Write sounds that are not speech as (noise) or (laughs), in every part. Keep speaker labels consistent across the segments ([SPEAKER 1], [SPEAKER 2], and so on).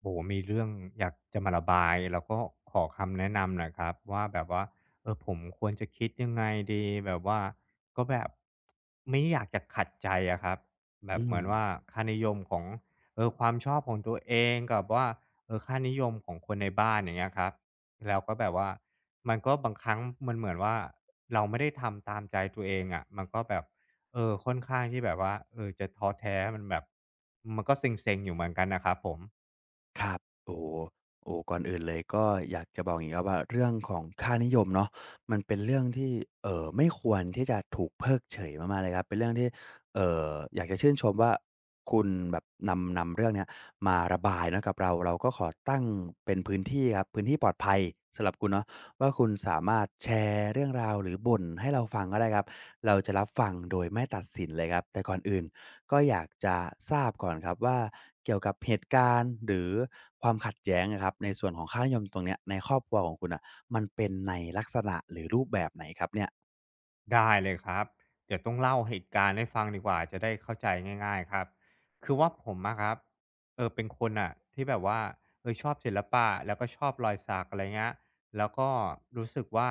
[SPEAKER 1] โอ้โหมีเรื่องอยากจะมาระบายแล้วก็ขอคำแนะนำหน่อครับว่าแบบว่าผมควรจะคิดยังไงดีแบบว่าก็แบบไม่อยากจะขัดใจอะครับแบบ
[SPEAKER 2] อื
[SPEAKER 1] เห
[SPEAKER 2] ม
[SPEAKER 1] มือนว่าค่านิยมของความชอบของตัวเองกับว่าค่านิยมของคนในบ้านอย่างเงี้ยครับแล้วก็แบบว่ามันก็บางครั้งมันเหมือนว่าเราไม่ได้ทำตามใจตัวเองอะมันก็แบบค่อนข้างที่แบบว่าจะท้อแท้มันแบบมันก็เซ็งๆอยู่เหมือนกันนะครับผม
[SPEAKER 2] ครับโอ้โฮโอ้ก่อนอื่นเลยก็อยากจะบอกอย่างงี้ครับว่าเรื่องของค่านิยมเนาะมันเป็นเรื่องที่ไม่ควรที่จะถูกเพิกเฉยมากๆเลยครับเป็นเรื่องที่เอ่ออยากจะชื่นชมว่าคุณแบบนำเรื่องเนี้ยมาระบายเนาะกับเราก็ขอตั้งเป็นพื้นที่ครับพื้นที่ปลอดภัยสำหรับคุณเนาะว่าคุณสามารถแชร์เรื่องราวหรือบ่นให้เราฟังก็ได้ครับเราจะรับฟังโดยไม่ตัดสินเลยครับแต่ก่อนอื่น ก็อยากจะทราบก่อนครับว่าเกี่ยวกับเหตุการณ์หรือความขัดแย้งอะครับในส่วนของค่านิยมตรงเนี้ยในครอบครัวของคุณน่ะมันเป็นในลักษณะหรือรูปแบบไหนครับเนี่ย
[SPEAKER 1] ได้เลยครับเดี๋ยวต้องเล่าเหตุการณ์ให้ฟังดีกว่าจะได้เข้าใจง่ายๆครับคือว่าผมอะครับเป็นคนอ่ะที่แบบว่าชอบศิลปะแล้วก็ชอบรอยสักอะไรเงี้ยแล้วก็รู้สึกว่า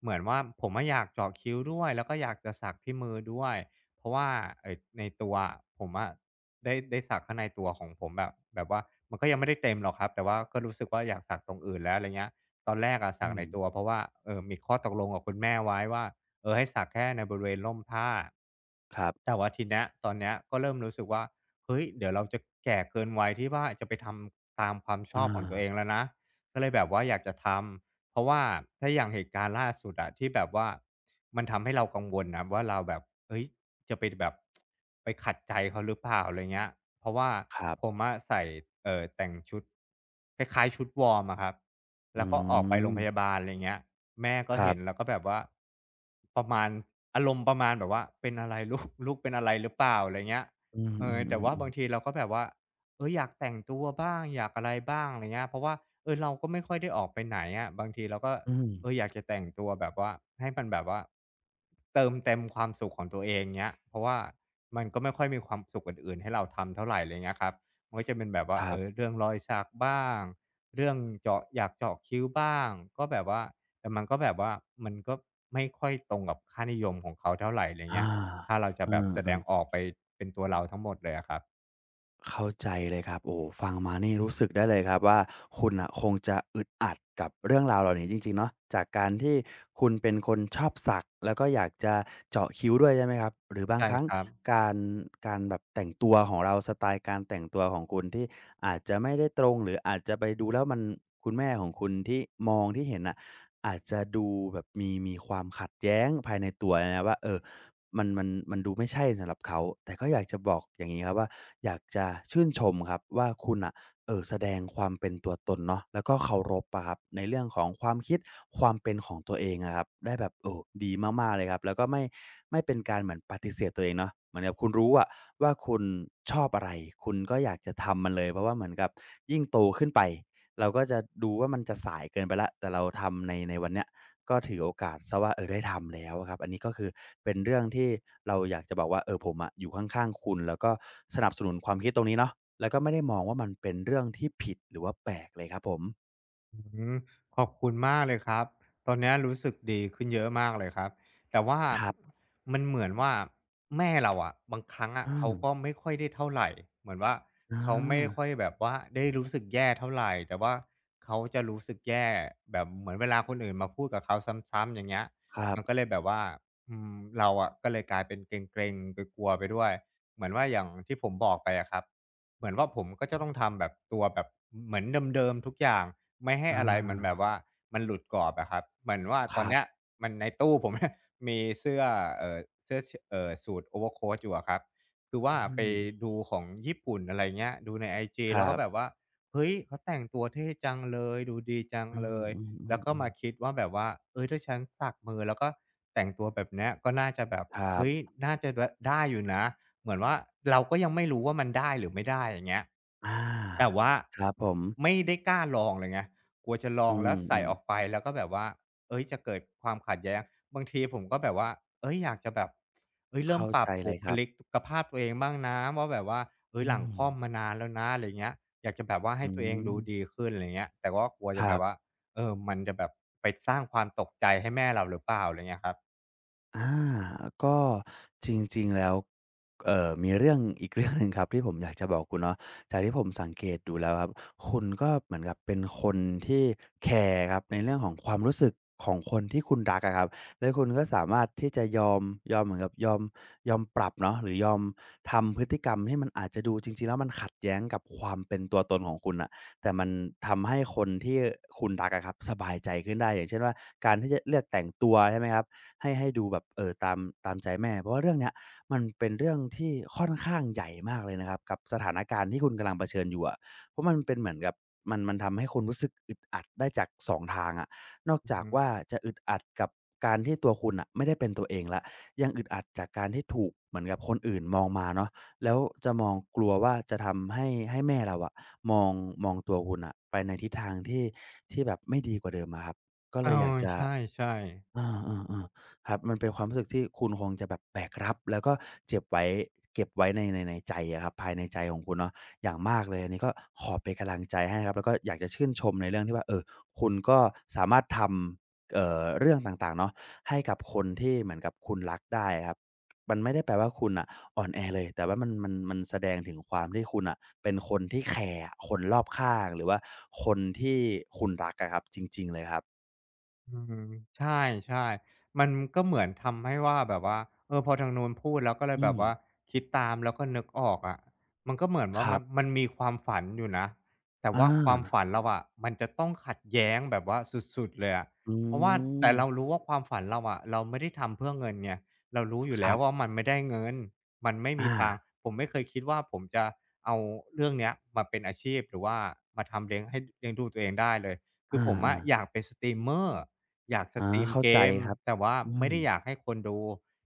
[SPEAKER 1] เหมือนว่าผมอะอยากเจาะคิ้วด้วยแล้วก็อยากจะสักที่มือด้วยเพราะว่าไอ้ในตัวอะผมอะได้สักข้างในตัวของผมแบบว่ามันก็ยังไม่ได้เต็มหรอกครับแต่ว่าก็รู้สึกว่าอยากสักตรงอื่นแล้วอะไรเงี้ยตอนแรกอะสั
[SPEAKER 2] อื
[SPEAKER 1] กใน
[SPEAKER 2] ม
[SPEAKER 1] ตัวเพราะว่ามีข้อตกลงกับคุณแม่ไว้ว่า ให้สักแค่ในบริเวณร่มผ้า
[SPEAKER 2] ครับ
[SPEAKER 1] แต่ว่าทีเนี้ยตอนเนี้ยก็เริ่มรู้สึกว่าเฮ้ยเดี๋ยวเราจะแก่เกินวัยที่ว่าจะไปทำตามความชอ
[SPEAKER 2] อา
[SPEAKER 1] บของตัวเองแล้วนะก็เลยแบบว่าอยากจะทำเพราะว่าถ้าอย่างเหตุการณ์ล่าสุดอะที่แบบว่ามันทำให้เรากังวลนะว่าเราแบบเฮ้ยจะไปแบบไปขัดใจเขาหรือเปล่าอะไรเงี้ยเพราะว่า
[SPEAKER 2] ครับ
[SPEAKER 1] ผมอะใส่แต่งชุดคล้ายๆชุดวอร์มอะครับ
[SPEAKER 2] อื
[SPEAKER 1] แล้วก็ออกไปโรงพยา
[SPEAKER 2] ม
[SPEAKER 1] บาลอะไรเงี้ยแม่ก็
[SPEAKER 2] ครั
[SPEAKER 1] เห็นแล้
[SPEAKER 2] บ
[SPEAKER 1] วก็แบบว่าประมาณอารมณ์ประมาณแบบว่าเป็นอะไรลูกเป็นอะไรหรือเปล่าอะไรเงี้ย
[SPEAKER 2] อื
[SPEAKER 1] แต่
[SPEAKER 2] ม
[SPEAKER 1] ว่าบา
[SPEAKER 2] ๆ
[SPEAKER 1] ง
[SPEAKER 2] ๆ
[SPEAKER 1] ที
[SPEAKER 2] ๆ
[SPEAKER 1] เราก็แบบว่าอยากแต่งตัวบ้างอยากอะไรบ้างอะไรเงี้ยเพราะว่าเราก็ไม่ค่อยได้ออกไปไหนอะบางทีเราก็
[SPEAKER 2] อืม
[SPEAKER 1] อยากจะแต่งตัวแบบว่าให้มันแบบว่าเติมเต็มความสุขของตัวเองเงี้ยเพราะว่ามันก็ไม่ค่อยมีความสุขอื่นๆให้เราทำเท่าไรไรเงี้ยครับมันก็จะเป็นแบบ
[SPEAKER 2] ค
[SPEAKER 1] ว่า
[SPEAKER 2] รับ
[SPEAKER 1] เรื่องรอยสักบ้าง เรื่องเจาะอยากเจาะคิ้วบ้างก็แบบว่าแต่มันก็แบบว่ามันก็ไม่ค่อยตรงกับค่านิยมของเขาเท่าไรไร
[SPEAKER 2] อา
[SPEAKER 1] เงี้ยถ้าเราจะ
[SPEAKER 2] เอ
[SPEAKER 1] แบบแสดง
[SPEAKER 2] อ
[SPEAKER 1] ออกไปเป็นตัวเราทั้งหมดเลยอะครับ
[SPEAKER 2] เข้าใจเลยครับโอ้ฟังมานี่รู้สึกได้เลยครับว่าคุณน่ะคงจะอึดอัดกับเรื่องราวเหล่านี้จริงๆเนาะจากการที่คุณเป็นคนชอบสักแล้วก็อยากจะเจาะคิ้วด้วยใช่ไหมครับหรือบาง
[SPEAKER 1] ใช่
[SPEAKER 2] ครั้ง
[SPEAKER 1] ครับ
[SPEAKER 2] การการแบบแต่งตัวของเราสไตล์การแต่งตัวของคุณที่อาจจะไม่ได้ตรงหรืออาจจะไปดูแล้วมันคุณแม่ของคุณที่มองที่เห็นน่ะอาจจะดูแบบมีความขัดแย้งภายในตัวนะครับว่าเออ มันดูไม่ใช่สำหรับเขาแต่ก็อยากจะบอกอย่างงี้ครับว่าอยากจะชื่นชมครับว่าคุณอ่ะ แสดงความเป็นตัวตนเนาะแล้วก็เคารพอะครับในเรื่องของความคิดความเป็นของตัวเองอะครับได้แบบโอ้ดีมากๆเลยครับแล้วก็ไม่เป็นการเหมือนปฏิเสธตัวเองเนาะเหมือนกับคุณรู้อะว่าคุณชอบอะไรคุณก็อยากจะทำมันเลยเพราะว่าเหมือนกับยิ่งโตขึ้นไปเราก็จะดูว่ามันจะสายเกินไปแล้วแต่เราทำในวันเนี้ย ก็ถือโอกาสซะว่าเออได้ทำแล้วอะครับอันนี้ก็คือเป็นเรื่องที่เราอยากจะบอกว่าเออผมอะอยู่ข้างๆคุณแล้วก็สนับสนุนความคิดตรงนี้เนาะแล้วก็ไม่ได้มองว่ามันเป็นเรื่องที่ผิดหรือว่าแปลกเลยครับผม
[SPEAKER 1] อืมขอบคุณมากเลยครับตอนเนี้ยรู้สึกดีขึ้นเยอะมากเลยครับแต่ว่า
[SPEAKER 2] ครับ
[SPEAKER 1] มันเหมือนว่าแม่เราอะบางครั้งอะ
[SPEAKER 2] อา
[SPEAKER 1] เขาก็ไม่ค่อยได้เท่าไหร่เหมือนว่า
[SPEAKER 2] อา
[SPEAKER 1] เขาไม่ค่อยแบบว่าได้รู้สึกแย่เท่าไหรแต่ว่าเขาจะรู้สึกแย่แบบเหมือนเวลาคนอื่นมาพูดกับเขาซ้ำๆอย่างเงี้ย
[SPEAKER 2] ครับ
[SPEAKER 1] มันก็เลยแบบว่าเราอะก็เลยกลายเป็นเกร็งๆไปกลัวๆไปด้วยเหมือนว่าอย่างที่ผมบอกไปอะครับ เหมือนว่าผมก็จะต้องทำแบบตัวแบบเหมือนเดิมๆทุกอย่างไม่ให้
[SPEAKER 2] อา
[SPEAKER 1] อะไรมันแบบว่ามันหลุดกรอบอะครับเหมือนว่า
[SPEAKER 2] ค
[SPEAKER 1] ตอน
[SPEAKER 2] รั
[SPEAKER 1] เนี้ย
[SPEAKER 2] บ
[SPEAKER 1] มันในตู้ผม (laughs) นมีเสื้อเอ่อเสื้อสูทโอเวอร์โคทอยู่อะครับคือว่า
[SPEAKER 2] อื
[SPEAKER 1] ไป
[SPEAKER 2] ม
[SPEAKER 1] ดูของญี่ปุ่นอะไรเงี้ยดูในไอจี
[SPEAKER 2] ค
[SPEAKER 1] แล้
[SPEAKER 2] รั
[SPEAKER 1] วก็แบบ
[SPEAKER 2] บ
[SPEAKER 1] ว่าเฮ้ยเขาแต่งตัวเท่จังเลยดูดีจัง
[SPEAKER 2] อ
[SPEAKER 1] เลย
[SPEAKER 2] ืม
[SPEAKER 1] แล้วก็
[SPEAKER 2] ๆๆ
[SPEAKER 1] มา
[SPEAKER 2] ๆ
[SPEAKER 1] คิดว่าแบบว่าเอ้ยถ้าฉันสักมือแล้วก็แต่งตัวแบบเนี้ยก็น่าจะแบบ
[SPEAKER 2] ครับ
[SPEAKER 1] เฮ้ยน่าจะได้อยู่นะ เหมือนว่าเราก็ยังไม่รู้ว่ามันได้หรือไม่ได้อย่างเงี้ย
[SPEAKER 2] อา
[SPEAKER 1] แต่ว่า
[SPEAKER 2] ครับผม
[SPEAKER 1] ไม่ได้กล้าลองเลยไงกลัวจะลอ
[SPEAKER 2] อื
[SPEAKER 1] งแล้วใส่
[SPEAKER 2] ม
[SPEAKER 1] ออกไป
[SPEAKER 2] ๆ
[SPEAKER 1] แล้วก็แบบว่าเอ้ยจะเกิดความขัดแย้งบางทีผมก็แบบว่าเอ้ยอยากจะแบบเอ้ยเริ่ม
[SPEAKER 2] เข้า
[SPEAKER 1] ปรั
[SPEAKER 2] ใจ
[SPEAKER 1] บ
[SPEAKER 2] เล
[SPEAKER 1] บุ
[SPEAKER 2] ยค
[SPEAKER 1] ค
[SPEAKER 2] รับ
[SPEAKER 1] ลิกภาพตัวเองบ้างนะว่าแบบว่าเอ้ย
[SPEAKER 2] อื
[SPEAKER 1] หลัง
[SPEAKER 2] ม
[SPEAKER 1] ค่อมมานานแล้วนะอะไรเงี้ยอยากจะแบบว่า
[SPEAKER 2] อื
[SPEAKER 1] ให้ตัวเองดูดี
[SPEAKER 2] ม
[SPEAKER 1] ขึ้นอะไรเงี้ยแต่ก็กลัว
[SPEAKER 2] ค
[SPEAKER 1] จะแบ
[SPEAKER 2] รั
[SPEAKER 1] บว่า
[SPEAKER 2] บ
[SPEAKER 1] มันจะแบบไปสร้างความตกใจให้แม่เราหรือเปล่าอะไรเงี้ยครับ
[SPEAKER 2] อาก็จริงๆแล้วมีเรื่อง (laughs) อีกเรื่องหนึ่งครับที่ผมอยากจะบอกคุณเนาะจากที่ผมสังเกตดูแล้วครับคุณก็เหมือนกับเป็นคนที่แคร์ครับในเรื่องของความรู้สึกของคนที่คุณรักอะครับแล้วคุณก็สามารถที่จะยอมเหมือนกับยอมปรับเนาะหรือยอมทำพฤติกรรมที่มันอาจจะดูจริงๆแล้วมันขัดแย้งกับความเป็นตัวตนของคุณน่ะแต่มันทำให้คนที่คุณรักอะครับสบายใจขึ้นได้อย่างเช่นว่าการที่จะเลือกแต่งตัวใช่ไหมครับ ให้ดูแบบเออตามใจแม่เพราะว่าเรื่องเนี้ยมันเป็นเรื่องที่ค่อนข้างใหญ่มากเลยนะครับกับสถานการณ์ที่คุณกำลังเผชิญอยู่อะเพราะมันเป็นเหมือนกับมันทำให้คนรู้สึกอึดอัดได้จากสองทางอะนอก
[SPEAKER 1] อือ
[SPEAKER 2] จาก
[SPEAKER 1] ฮึ
[SPEAKER 2] ว่าจะอึดอัดกับการที่ตัวคุณอ่ะไม่ได้เป็นตัวเองแล้วยังอึดอัดจากการที่ถูกเหมือนกับคนอื่นมองมาเนาะแล้วจะมองกลัวว่าจะทำให้แม่เราอะมองมองตัวคุณอ่ะไปในทิศทางที่แบบไม่ดีกว่าเดิมอะครับก็
[SPEAKER 1] เอ
[SPEAKER 2] เล
[SPEAKER 1] อ
[SPEAKER 2] ยอยากจะ
[SPEAKER 1] ใช่ๆ
[SPEAKER 2] เอาๆๆครับมันเป็นความรู้สึกที่คุณคงจะแบบแบกรับแล้วก็เจ็บไว้เก็บไว้ในใจอะครับภายในใจของคุณเนาะอย่างมากเลยอันนี้ก็ขอเป็นกำลังใจให้ครับแล้วก็อยากจะชื่นชมในเรื่องที่ว่าเออคุณก็สามารถทำเรื่องต่างๆเนาะให้กับคนที่เหมือนกับคุณรักได้อะครับมันไม่ได้แปลว่าคุณน่ะอ่อนแอเลยแต่ว่ามันแสดงถึงความที่คุณน่ะเป็นคนที่แคร์คนรอบข้างหรือว่าคนที่คุณรักอะครับจริงๆเลยครับ
[SPEAKER 1] อืมใช่ๆมันก็เหมือนทำให้ว่าแบบว่าเออพอทางนู้นพูดแล้วก็เลย
[SPEAKER 2] อื
[SPEAKER 1] แบ
[SPEAKER 2] ม
[SPEAKER 1] บว่าคิดตามแล้วก็นึกออกอะมันก็เหมือน
[SPEAKER 2] ค
[SPEAKER 1] ว่า
[SPEAKER 2] รั
[SPEAKER 1] มันมั
[SPEAKER 2] บ
[SPEAKER 1] นมีความฝันอยู่นะแต่
[SPEAKER 2] อ
[SPEAKER 1] ว่าความ
[SPEAKER 2] า
[SPEAKER 1] ฝันเราอะมันจะต้องขัดแย้งแบบว่าสุดๆเลยอะ
[SPEAKER 2] อื
[SPEAKER 1] เพราะว่าแต่
[SPEAKER 2] ม
[SPEAKER 1] เรารู้ว่าความฝันเราอะเราไม่ได้ทำเพื่อเงินไงเรารู้อยู่
[SPEAKER 2] ค
[SPEAKER 1] แล้
[SPEAKER 2] รั
[SPEAKER 1] วว่า
[SPEAKER 2] บ
[SPEAKER 1] มันไม่ได้เงินมันไม่มี
[SPEAKER 2] อา
[SPEAKER 1] ทางผมไม่เคยคิดว่าผมจะเอาเรื่องเนี้ยมาเป็นอาชีพหรือว่ามาทำเลี้ยงให้เลี้ยงดูตัวเองได้เลย
[SPEAKER 2] อ
[SPEAKER 1] คือผม
[SPEAKER 2] า
[SPEAKER 1] อะ
[SPEAKER 2] ๆ
[SPEAKER 1] อยากเป็นสตรีมเมอร์ อยากส
[SPEAKER 2] อา
[SPEAKER 1] ตรีม
[SPEAKER 2] เข้า
[SPEAKER 1] เก
[SPEAKER 2] ใจ
[SPEAKER 1] ม
[SPEAKER 2] ครับ
[SPEAKER 1] แต่ว่า
[SPEAKER 2] อื
[SPEAKER 1] ไม่
[SPEAKER 2] ม
[SPEAKER 1] ได้อยากให้คนดู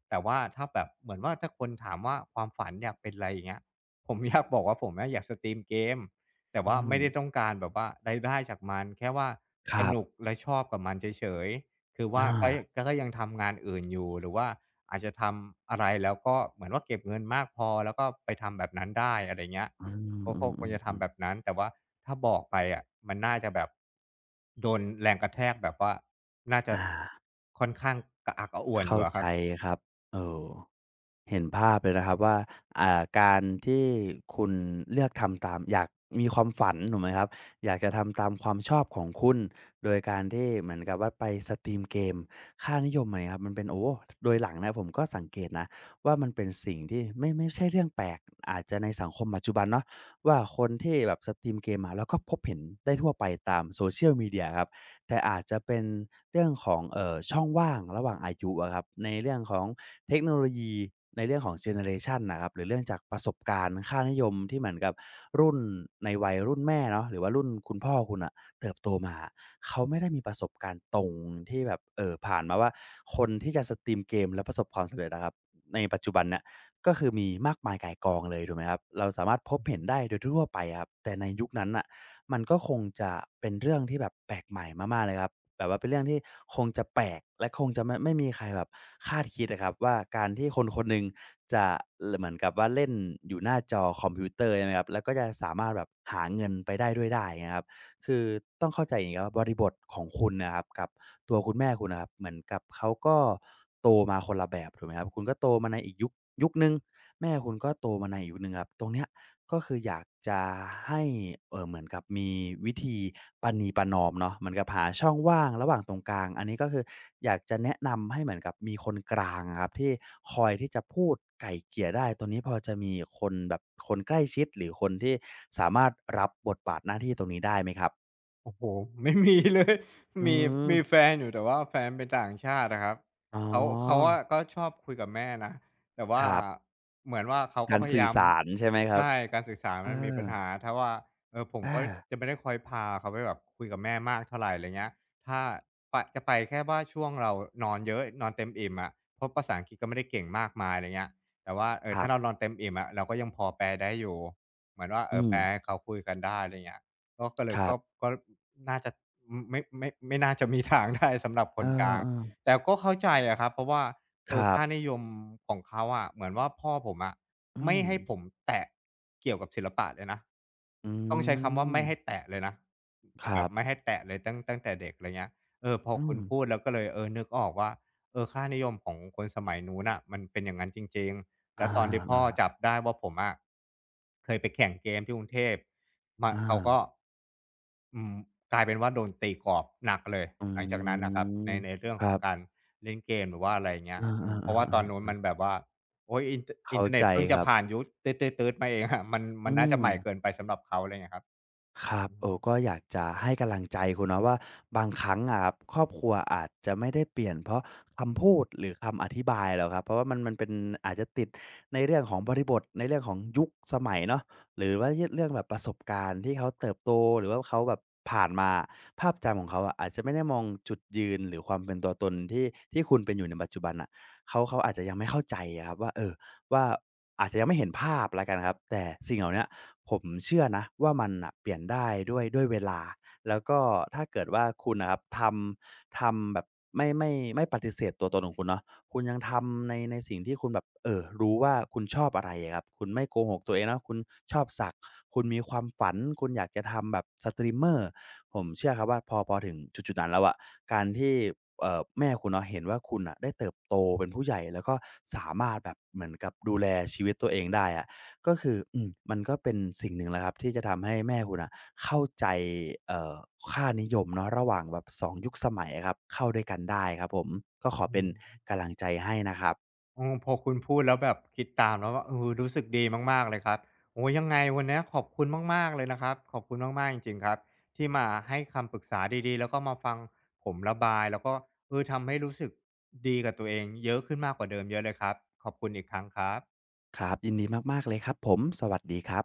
[SPEAKER 1] แต่ว่าถ้าแบบเหมือนว่าถ้าคนถามว่าความฝันอยากเป็นอะไรอย่างเงี้ยผมอยากบอกว่าผมอะอยากสตรีมเกมแต่
[SPEAKER 2] อื
[SPEAKER 1] ว่า
[SPEAKER 2] ม
[SPEAKER 1] ไม่ได้ต้องการแบบว่ารายได้จากมันแค่ว่า
[SPEAKER 2] ค
[SPEAKER 1] ส
[SPEAKER 2] รั
[SPEAKER 1] นุก
[SPEAKER 2] บ
[SPEAKER 1] และชอบกับมันเฉยๆคือว่า
[SPEAKER 2] อา
[SPEAKER 1] ก็ยังทำงานอื่นอยู่หรือว่าอาจจะทำอะไรแล้วก็เหมือนว่าเก็บเงินมากพอแล้วก็ไปทำแบบนั้นได้อะไรเงี้ย
[SPEAKER 2] อื
[SPEAKER 1] ก็ควร
[SPEAKER 2] ม
[SPEAKER 1] จะทำแบ
[SPEAKER 2] ๆๆ
[SPEAKER 1] บ
[SPEAKER 2] ๆ
[SPEAKER 1] นั้นแต่ว่าถ้าบอกไปอะมันน่าจะแบบโดนแรงกระแทกแบบว่าน่าจะ
[SPEAKER 2] อา
[SPEAKER 1] ค่อนข้างกระอักกระอ่วนอ
[SPEAKER 2] เข้า
[SPEAKER 1] ยู่อะค
[SPEAKER 2] ใจ
[SPEAKER 1] รับ
[SPEAKER 2] ครับเออเห็นภาพเลยนะครับว่าอ่า การที่คุณเลือกทำตามอยากมีความฝันถูกไหมครับอยากจะทำตามความชอบของคุณ โดยการที่เหมือนกับว่าไปสตรีมเกมค่านิยมอะเนยครับมันเป็นโอ้โดยหลังนะผมก็สังเกตนะว่ามันเป็นสิ่งที่ไม่ใช่เรื่องแปลก อาจจะในสังคมปัจจุบันเนาะว่าคนที่แบบสตรีมเกมอะเราก็พบเห็นได้ทั่วไปตาม social media ครับ แต่อาจจะเป็นเรื่องของช่องว่างระหว่างอายุอะครับในเรื่องของเทคโนโลยีในเรื่องของเจเนอเรชันนะครับหรือเรื่องจากประสบการณ์ค่านิยมที่เหมือนกับรุ่นในวัยรุ่นแม่เนาะหรือว่ารุ่นคุณพ่อคุณอ่ะเติบโตมาเขาไม่ได้มีประสบการณ์ตรงที่แบบผ่านมาว่าคนที่จะสตรีมเกมแล้วประสบความสำเร็จนะครับในปัจจุบันเนี่ยก็คือมีมากมายก่ายกองเลยถูกไหมครับเราสามารถพบเห็นได้โดยทั่วไปอะครับแต่ในยุคนั้นอ่ะ มันก็คงจะเป็นเรื่องที่แบบแปลกใหม่มากๆเลยครับแบบว่าเป็นเรื่องที่คงจะแปลกและคงจะไม่มีใครแบบคาดคิดอะครับว่าการที่คนคนหนึ่งจะลเหมือนกับว่าเล่นอยู่หน้าจอคอมพิวเตอร์ใช่ไหมครับแล้วก็จะสามารถแบบหาเงินไปได้ด้วยได้อย่างเงี้ยครับคือต้องเข้าใจอย่างงี้ครับบริบทของคุณน่ะครับกับตัวคุณแม่คุณน่ะครับเหมือนกับเขาก็โตมาคนละแบบถูกไหมครับคุณก็โตมาในอีกยุคหนึ่งแม่คุณก็โตมาในอีกยุคหนึ่งครับตรงเนี้ย ก็คืออยากจะให้เหมือนกับมีวิธีประนีประนอมเนาะเหมือนกับหาช่องว่างระหว่างตรงกลางอันนี้ก็คืออยากจะแนะนำให้เหมือนกับมีคนกลางอะครับที่คอยที่จะพูดไกล่เกลี่ยได้ตรงนี้พอจะมีคนแบบคนใกล้ชิดหรือคนที่สามารถรับบทบาทหน้าที่ตรงนี้ได้ไหมครับ
[SPEAKER 1] โอ้โฮ (laughs) ไม่มีเลย
[SPEAKER 2] อื
[SPEAKER 1] (laughs) มีมีแฟ
[SPEAKER 2] ม
[SPEAKER 1] นอยู่แต่ว่าแฟนเป็นต่างชาติอะครับ
[SPEAKER 2] อ๋
[SPEAKER 1] เขา
[SPEAKER 2] อ
[SPEAKER 1] อะก็ชอบคุยกับแม่นะแต่
[SPEAKER 2] ค
[SPEAKER 1] ว่า
[SPEAKER 2] รับ
[SPEAKER 1] เหมือนว่าเขา
[SPEAKER 2] กา
[SPEAKER 1] ก็
[SPEAKER 2] ร
[SPEAKER 1] พยา
[SPEAKER 2] สื่อ
[SPEAKER 1] ยาม
[SPEAKER 2] สารใช่ไหมครับ
[SPEAKER 1] ใช่การศึกษา
[SPEAKER 2] เอ
[SPEAKER 1] มันมี
[SPEAKER 2] อ
[SPEAKER 1] ปัญหาถ้าว่าเออผม
[SPEAKER 2] อา
[SPEAKER 1] ก็จะไม่ได้คอยพาเขาไปแบบคุยกับแม่มากเท่าไรเงี้ยถ้าปจะไปแค่ว่าช่วงเรานอนเยอะนอนเต็มอิ่มอะเพราะภาษาอังกฤษก็ไม่ได้เก่งมากมายไรเงี้ยแต่ว่าเอ
[SPEAKER 2] ค
[SPEAKER 1] อ
[SPEAKER 2] รั
[SPEAKER 1] ถ้าเราน
[SPEAKER 2] บ
[SPEAKER 1] อนเต็มอิ่มอะเราก็ยังพอแปลได้อยู่เหมือนว่าเอ
[SPEAKER 2] อื
[SPEAKER 1] อ
[SPEAKER 2] ม
[SPEAKER 1] แปลให้เขาคุยกันได้ไรเงี้ย ก็ก็เล
[SPEAKER 2] ค
[SPEAKER 1] ย
[SPEAKER 2] รั
[SPEAKER 1] ก็
[SPEAKER 2] บ
[SPEAKER 1] ก็น่าจะอืมไม่น่าจะมีทางได้ (laughs) สำหรับค
[SPEAKER 2] เ
[SPEAKER 1] นกลาง
[SPEAKER 2] ออ
[SPEAKER 1] แต่ก็เข้าใจอะครับเพราะว่า
[SPEAKER 2] ๆครับ
[SPEAKER 1] ค่านิยมของเขาอะเหมือนว่าพ่อผมอะ
[SPEAKER 2] อื
[SPEAKER 1] ไม่
[SPEAKER 2] ม
[SPEAKER 1] ให้ผมแตะเกี่ยวกับศิลปะเลยนะ
[SPEAKER 2] อื
[SPEAKER 1] ต้องใช้คำว่า
[SPEAKER 2] ม
[SPEAKER 1] ไม่ให้แตะเลยนะ
[SPEAKER 2] ค
[SPEAKER 1] แบ
[SPEAKER 2] รั
[SPEAKER 1] บ
[SPEAKER 2] บ
[SPEAKER 1] ไม่ให้แตะเลยตั้งแต่เด็กอะไรเงี้ยเออพอ
[SPEAKER 2] อื
[SPEAKER 1] คุ
[SPEAKER 2] ม
[SPEAKER 1] ณพูดแล้วก็เลยเออนึกออกว่าเออค่านิยมของคนสมัยนู้นน่ะมันเป็นอย่างงั้นจริงๆแล้
[SPEAKER 2] อา
[SPEAKER 1] วตอนที่พ่อ
[SPEAKER 2] ๆ
[SPEAKER 1] จับได้ว่าผมอะเคยไปแข่งเกมที่กรุงเทพ มา
[SPEAKER 2] อา
[SPEAKER 1] เขาก็อืมกลายเป็นว่าโดนตีกรอบหนักเลยหลังจาก
[SPEAKER 2] อื
[SPEAKER 1] นั้นน่ะครับใน
[SPEAKER 2] ม
[SPEAKER 1] ในเรื่อง
[SPEAKER 2] ค
[SPEAKER 1] ขอ
[SPEAKER 2] รั
[SPEAKER 1] ง
[SPEAKER 2] บ
[SPEAKER 1] การเล่นเกมหรือว่าอะไรอย่างเงี้
[SPEAKER 2] เอ
[SPEAKER 1] ย
[SPEAKER 2] อ
[SPEAKER 1] อืมเพราะว่าตอนนู้น
[SPEAKER 2] ๆๆๆ
[SPEAKER 1] มันแบบว่าโอ๊ยอิน
[SPEAKER 2] เข้า
[SPEAKER 1] เทอร์เน็
[SPEAKER 2] ใจ
[SPEAKER 1] ตเพิ่ง
[SPEAKER 2] ค
[SPEAKER 1] จะ
[SPEAKER 2] รับ
[SPEAKER 1] ผ่านยุคตื๊ดๆๆมาเองครับ (laughs) มัน
[SPEAKER 2] อื
[SPEAKER 1] มันน่าจะ
[SPEAKER 2] ม
[SPEAKER 1] ใหม่เกินไปสำหรับเขาอะไรเงี้ยครับ
[SPEAKER 2] ครับ
[SPEAKER 1] อือฮึ
[SPEAKER 2] โอ้ก็อยากจะให้กำลังใจคุณเนาะว่าบางครั้งอะครับครอบครัวอาจจะไม่ได้เปลี่ยนเพราะคำพูดหรือคำอธิบายหรอกครับเพราะว่ามันเป็นอาจจะติดในเรื่องของบริบทในเรื่องของยุคสมัยเนาะหรือว่าเรื่องแบบประสบการณ์ที่เขาเติบโตหรือว่าเขาแบบผ่านมาภาพจำของเขาอะอาจจะไม่ได้มองจุดยืนหรือความเป็นตัวตนที่คุณเป็นอยู่ในปัจจุบันอ่ะเขาอาจจะยังไม่เข้าใจอะครับว่าเออว่าอาจจะยังไม่เห็นภาพล้กันครับแต่สิ่งเหล่าเนี้ย ผมเชื่อนะว่ามันน่ะเปลี่ยนได้ด้วยเวลาแล้วก็ถ้าเกิดว่าคุณนะครับทำแบบไม่ปฏิเสธตัวตนของคุณเนาะคุณยังทำในสิ่งที่คุณแบบเออรู้ว่าคุณชอบอะไรอะครับคุณไม่โกหกตัวเองนะคุณชอบสักคุณมีความฝันคุณอยากจะทำแบบสตรีมเมอร์ผมเชื่อครับว่าพอถึงจุดๆนั้นแล้วอะการที่แม่คุณเนาะเห็นว่าคุณอะได้เติบโตเป็นผู้ใหญ่แล้วก็สามารถแบบเหมือนกับดูแลชีวิตตัวเองได้อะ ก็คืออืมมันก็เป็นสิ่งหนึ่งแหละครับที่จะทำให้แม่คุณน่ะเข้าใจเอ่อค่านิยมเนาะระหว่างแบบสองยุคสมัยอะครับเข้าด้วยกันได้ครับผมก็ขอเป็
[SPEAKER 1] อื
[SPEAKER 2] น
[SPEAKER 1] ม
[SPEAKER 2] กำลังใจให้นะครับ
[SPEAKER 1] โอืพอคุณพูดแล้วแบบคิดตามแล้วว่าเออรู้สึกดีมากๆเลยครับโอ้โฮยังไงวันเนี้ยขอบคุณมากๆเลยนะครับขอบคุณมากๆจริงๆครับที่มาให้คำปรึกษาดีๆแล้วก็มาฟังผมระบายแล้วก็เออทำให้รู้สึกดีกับตัวเองเยอะขึ้นมากกว่าเดิมเยอะเลยครับขอบคุณอีกครั้งครับ
[SPEAKER 2] ครับยินดีมากๆเลยครับผมสวัสดีครับ